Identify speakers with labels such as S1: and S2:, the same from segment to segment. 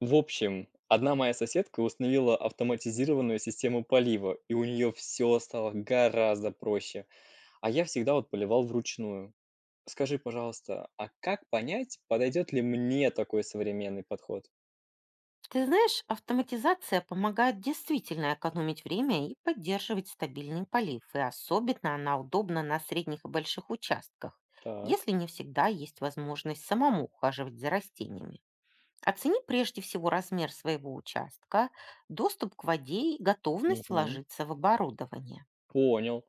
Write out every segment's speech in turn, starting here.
S1: В общем, одна моя соседка установила автоматизированную систему полива, и у нее все стало гораздо проще. А я всегда вот поливал вручную. Скажи, пожалуйста, а как понять, подойдет ли мне такой современный подход?
S2: Ты знаешь, автоматизация помогает действительно экономить время и поддерживать стабильный полив, и особенно она удобна на средних и больших участках,
S1: Так.
S2: если не всегда есть возможность самому ухаживать за растениями. Оцени прежде всего размер своего участка, доступ к воде и готовность
S1: Мгм.
S2: вложиться в оборудование.
S1: Понял.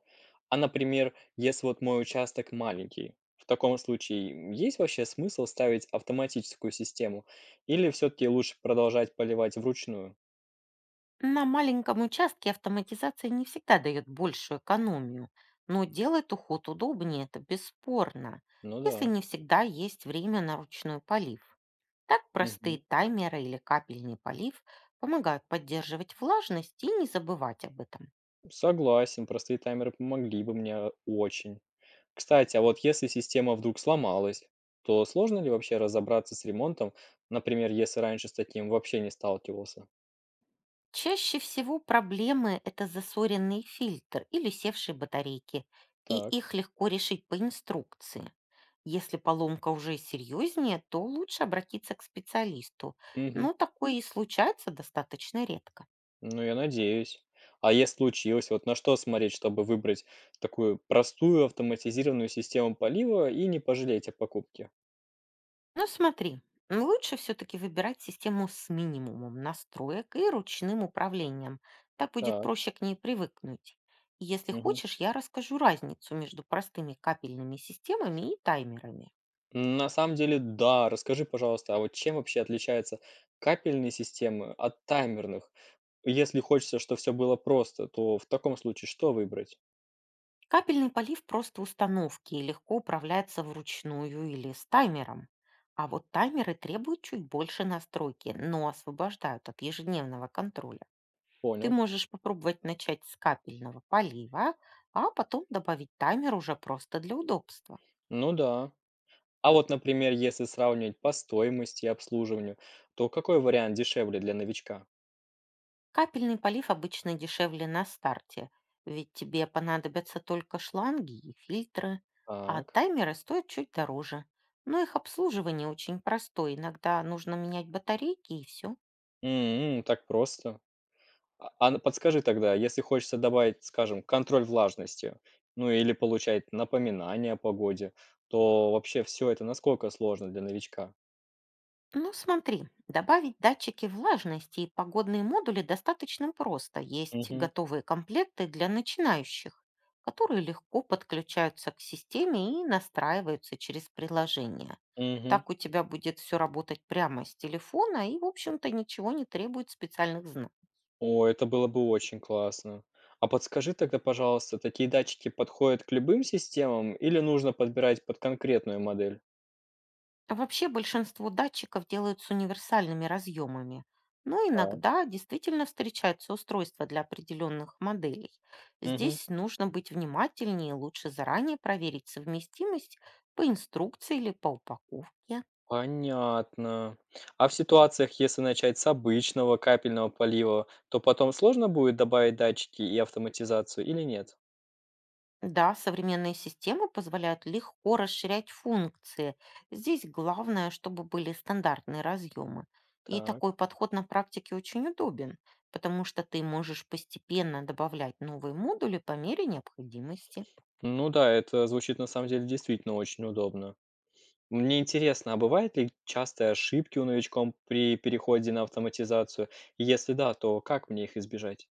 S1: А, например, если вот мой участок маленький, в таком случае есть вообще смысл ставить автоматическую систему? Или все-таки лучше продолжать поливать вручную?
S2: На маленьком участке автоматизация не всегда дает большую экономию, но делает уход удобнее, это бесспорно,
S1: Ну да.
S2: если не всегда есть время на ручной полив. Так
S1: Мгм.
S2: простые таймеры или капельный полив помогают поддерживать влажность и не забывать об этом.
S1: Согласен, простые таймеры помогли бы мне очень. Кстати, а вот если система вдруг сломалась, то сложно ли вообще разобраться с ремонтом, например, если раньше с таким вообще не сталкивался?
S2: Чаще всего проблемы – это засоренный фильтр или севшие батарейки, и
S1: Так.
S2: их легко решить по инструкции. Если поломка уже серьезнее, то лучше обратиться к специалисту,
S1: Мгм.
S2: но такое и случается достаточно редко.
S1: Ну, я надеюсь. А если случилось, вот на что смотреть, чтобы выбрать такую простую автоматизированную систему полива и не пожалеть о покупке?
S2: Но смотри, лучше все-таки выбирать систему с минимумом настроек и ручным управлением. Так будет
S1: Так.
S2: проще к ней привыкнуть. Если
S1: Мгм.
S2: хочешь, я расскажу разницу между простыми капельными системами и таймерами.
S1: На самом деле, да. Расскажи, пожалуйста, а вот чем вообще отличаются капельные системы от таймерных? Если хочется, чтобы все было просто, то в таком случае что выбрать?
S2: Капельный полив просто установки и легко управляется вручную или с таймером. А вот таймеры требуют чуть больше настройки, но освобождают от ежедневного контроля. Ты
S1: Понял.
S2: можешь попробовать начать с капельного полива, а потом добавить таймер уже просто для удобства.
S1: Ну да. А вот, например, если сравнивать по стоимости и обслуживанию, то какой вариант дешевле для новичка?
S2: Капельный полив обычно дешевле на старте, ведь тебе понадобятся только шланги и фильтры, а
S1: Так.
S2: таймеры стоят чуть дороже. Но их обслуживание очень простое, иногда нужно менять батарейки и все.
S1: М, так просто. А н подскажи тогда, если хочется добавить, скажем, контроль влажности, ну или получать напоминания о погоде, то вообще все это насколько сложно для новичка?
S2: Ну, смотри, добавить датчики влажности и погодные модули достаточно просто. Есть
S1: Мгм,
S2: готовые комплекты для начинающих, которые легко подключаются к системе и настраиваются через приложение.
S1: мгм.
S2: Так у тебя будет все работать прямо с телефона и, в общем-то, ничего не требует специальных знаний.
S1: О, это было бы очень классно. А подскажи тогда, пожалуйста, такие датчики подходят к любым системам или нужно подбирать под конкретную модель?
S2: Вообще большинство датчиков делают с универсальными разъемами, но
S1: Так.
S2: иногда действительно встречаются устройства для определенных моделей.
S1: Мгм.
S2: Здесь нужно быть внимательнее, лучше заранее проверить совместимость по инструкции или по упаковке.
S1: Понятно. А в ситуациях, если начать с обычного капельного полива, то потом сложно будет добавить датчики и автоматизацию или нет?
S2: Да, современные системы позволяют легко расширять функции. Здесь главное, чтобы были стандартные разъемы. И такой
S1: Так.
S2: подход на практике очень удобен, потому что ты можешь постепенно добавлять новые модули по мере необходимости.
S1: Ну да, это звучит на самом деле действительно очень удобно. Мне интересно, а бывают ли частые ошибки у новичком при переходе на автоматизацию? И если да, то как мне их избежать?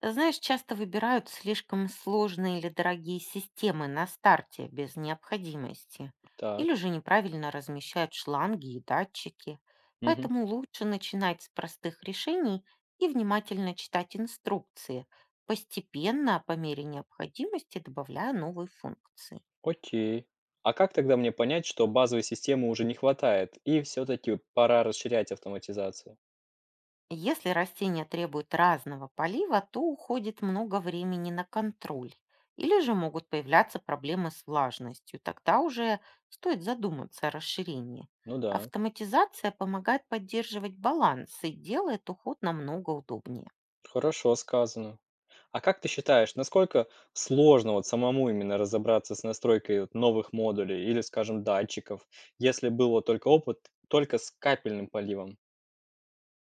S2: Знаешь, часто выбирают слишком сложные или дорогие системы на старте без необходимости, или
S1: Так,
S2: же неправильно размещают шланги и датчики.
S1: мгм,
S2: Поэтому лучше начинать с простых решений и внимательно читать инструкции, постепенно, по мере необходимости, добавляя новые функции.
S1: окей. А как тогда мне понять, что базовой системы уже не хватает и все-таки пора расширять автоматизацию?
S2: Если растения требуют разного полива, то уходит много времени на контроль. Или же могут появляться проблемы с влажностью. Тогда уже стоит задуматься о расширении.
S1: Ну да,
S2: Автоматизация помогает поддерживать баланс и делает уход намного удобнее.
S1: хорошо сказано. А как ты считаешь, насколько сложно вот самому именно разобраться с настройкой вот новых модулей или, скажем, датчиков, если был вот только опыт только с капельным поливом?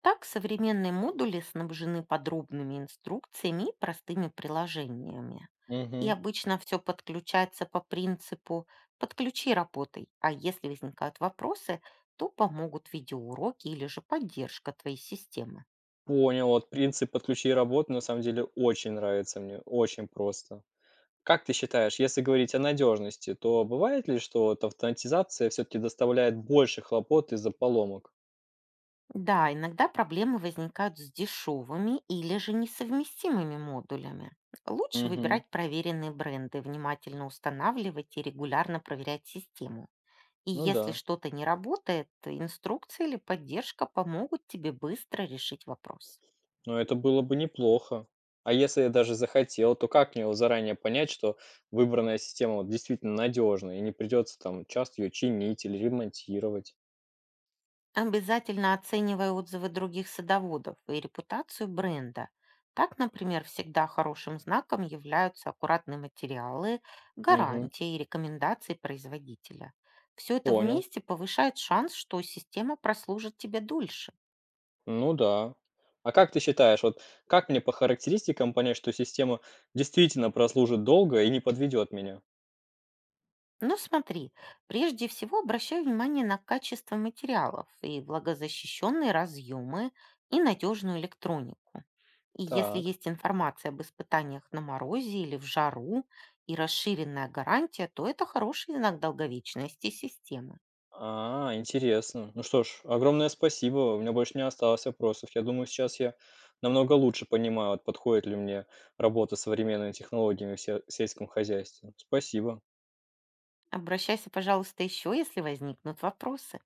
S2: Так современные модули снабжены подробными инструкциями и простыми приложениями. И
S1: Мгм.
S2: обычно все подключается по принципу «подключи, работай», а если возникают вопросы, то помогут видеоуроки или же поддержка твоей системы.
S1: Понял, вот принцип "подключи и работай" на самом деле очень нравится мне, очень просто. Как ты считаешь, если говорить о надежности, то бывает ли, что вот автоматизация все-таки доставляет больше хлопот из-за поломок?
S2: Да, иногда проблемы возникают с дешевыми или же несовместимыми модулями. Лучше
S1: Угу.
S2: выбирать проверенные бренды, внимательно устанавливать и регулярно проверять систему. И
S1: Ну
S2: если
S1: да,
S2: что-то не работает, инструкции или поддержка помогут тебе быстро решить вопрос.
S1: но это было бы неплохо. А если я даже захотел, то как мне вот заранее понять, что выбранная система вот действительно надежна и не придется там часто ее чинить или ремонтировать?
S2: Обязательно оценивай отзывы других садоводов и репутацию бренда. Так, например, всегда хорошим знаком являются аккуратные материалы,
S1: Угу.
S2: гарантии и рекомендации производителя. Все это
S1: Понял.
S2: вместе повышает шанс, что система прослужит тебе дольше.
S1: Ну да. А как ты считаешь, вот как мне по характеристикам понять, что система действительно прослужит долго и не подведет меня?
S2: Ну смотри, прежде всего обращай внимание на качество материалов и влагозащищенные разъемы и надежную электронику. И если
S1: Так.
S2: есть информация об испытаниях на морозе или в жару и расширенная гарантия, то это хороший знак долговечности системы.
S1: А, интересно. Ну что ж, огромное спасибо. У меня больше не осталось вопросов. Я думаю, сейчас я намного лучше понимаю, вот подходит ли мне работа с современными технологиями в сельском хозяйстве. Спасибо.
S2: Обращайся, пожалуйста, еще, если возникнут вопросы.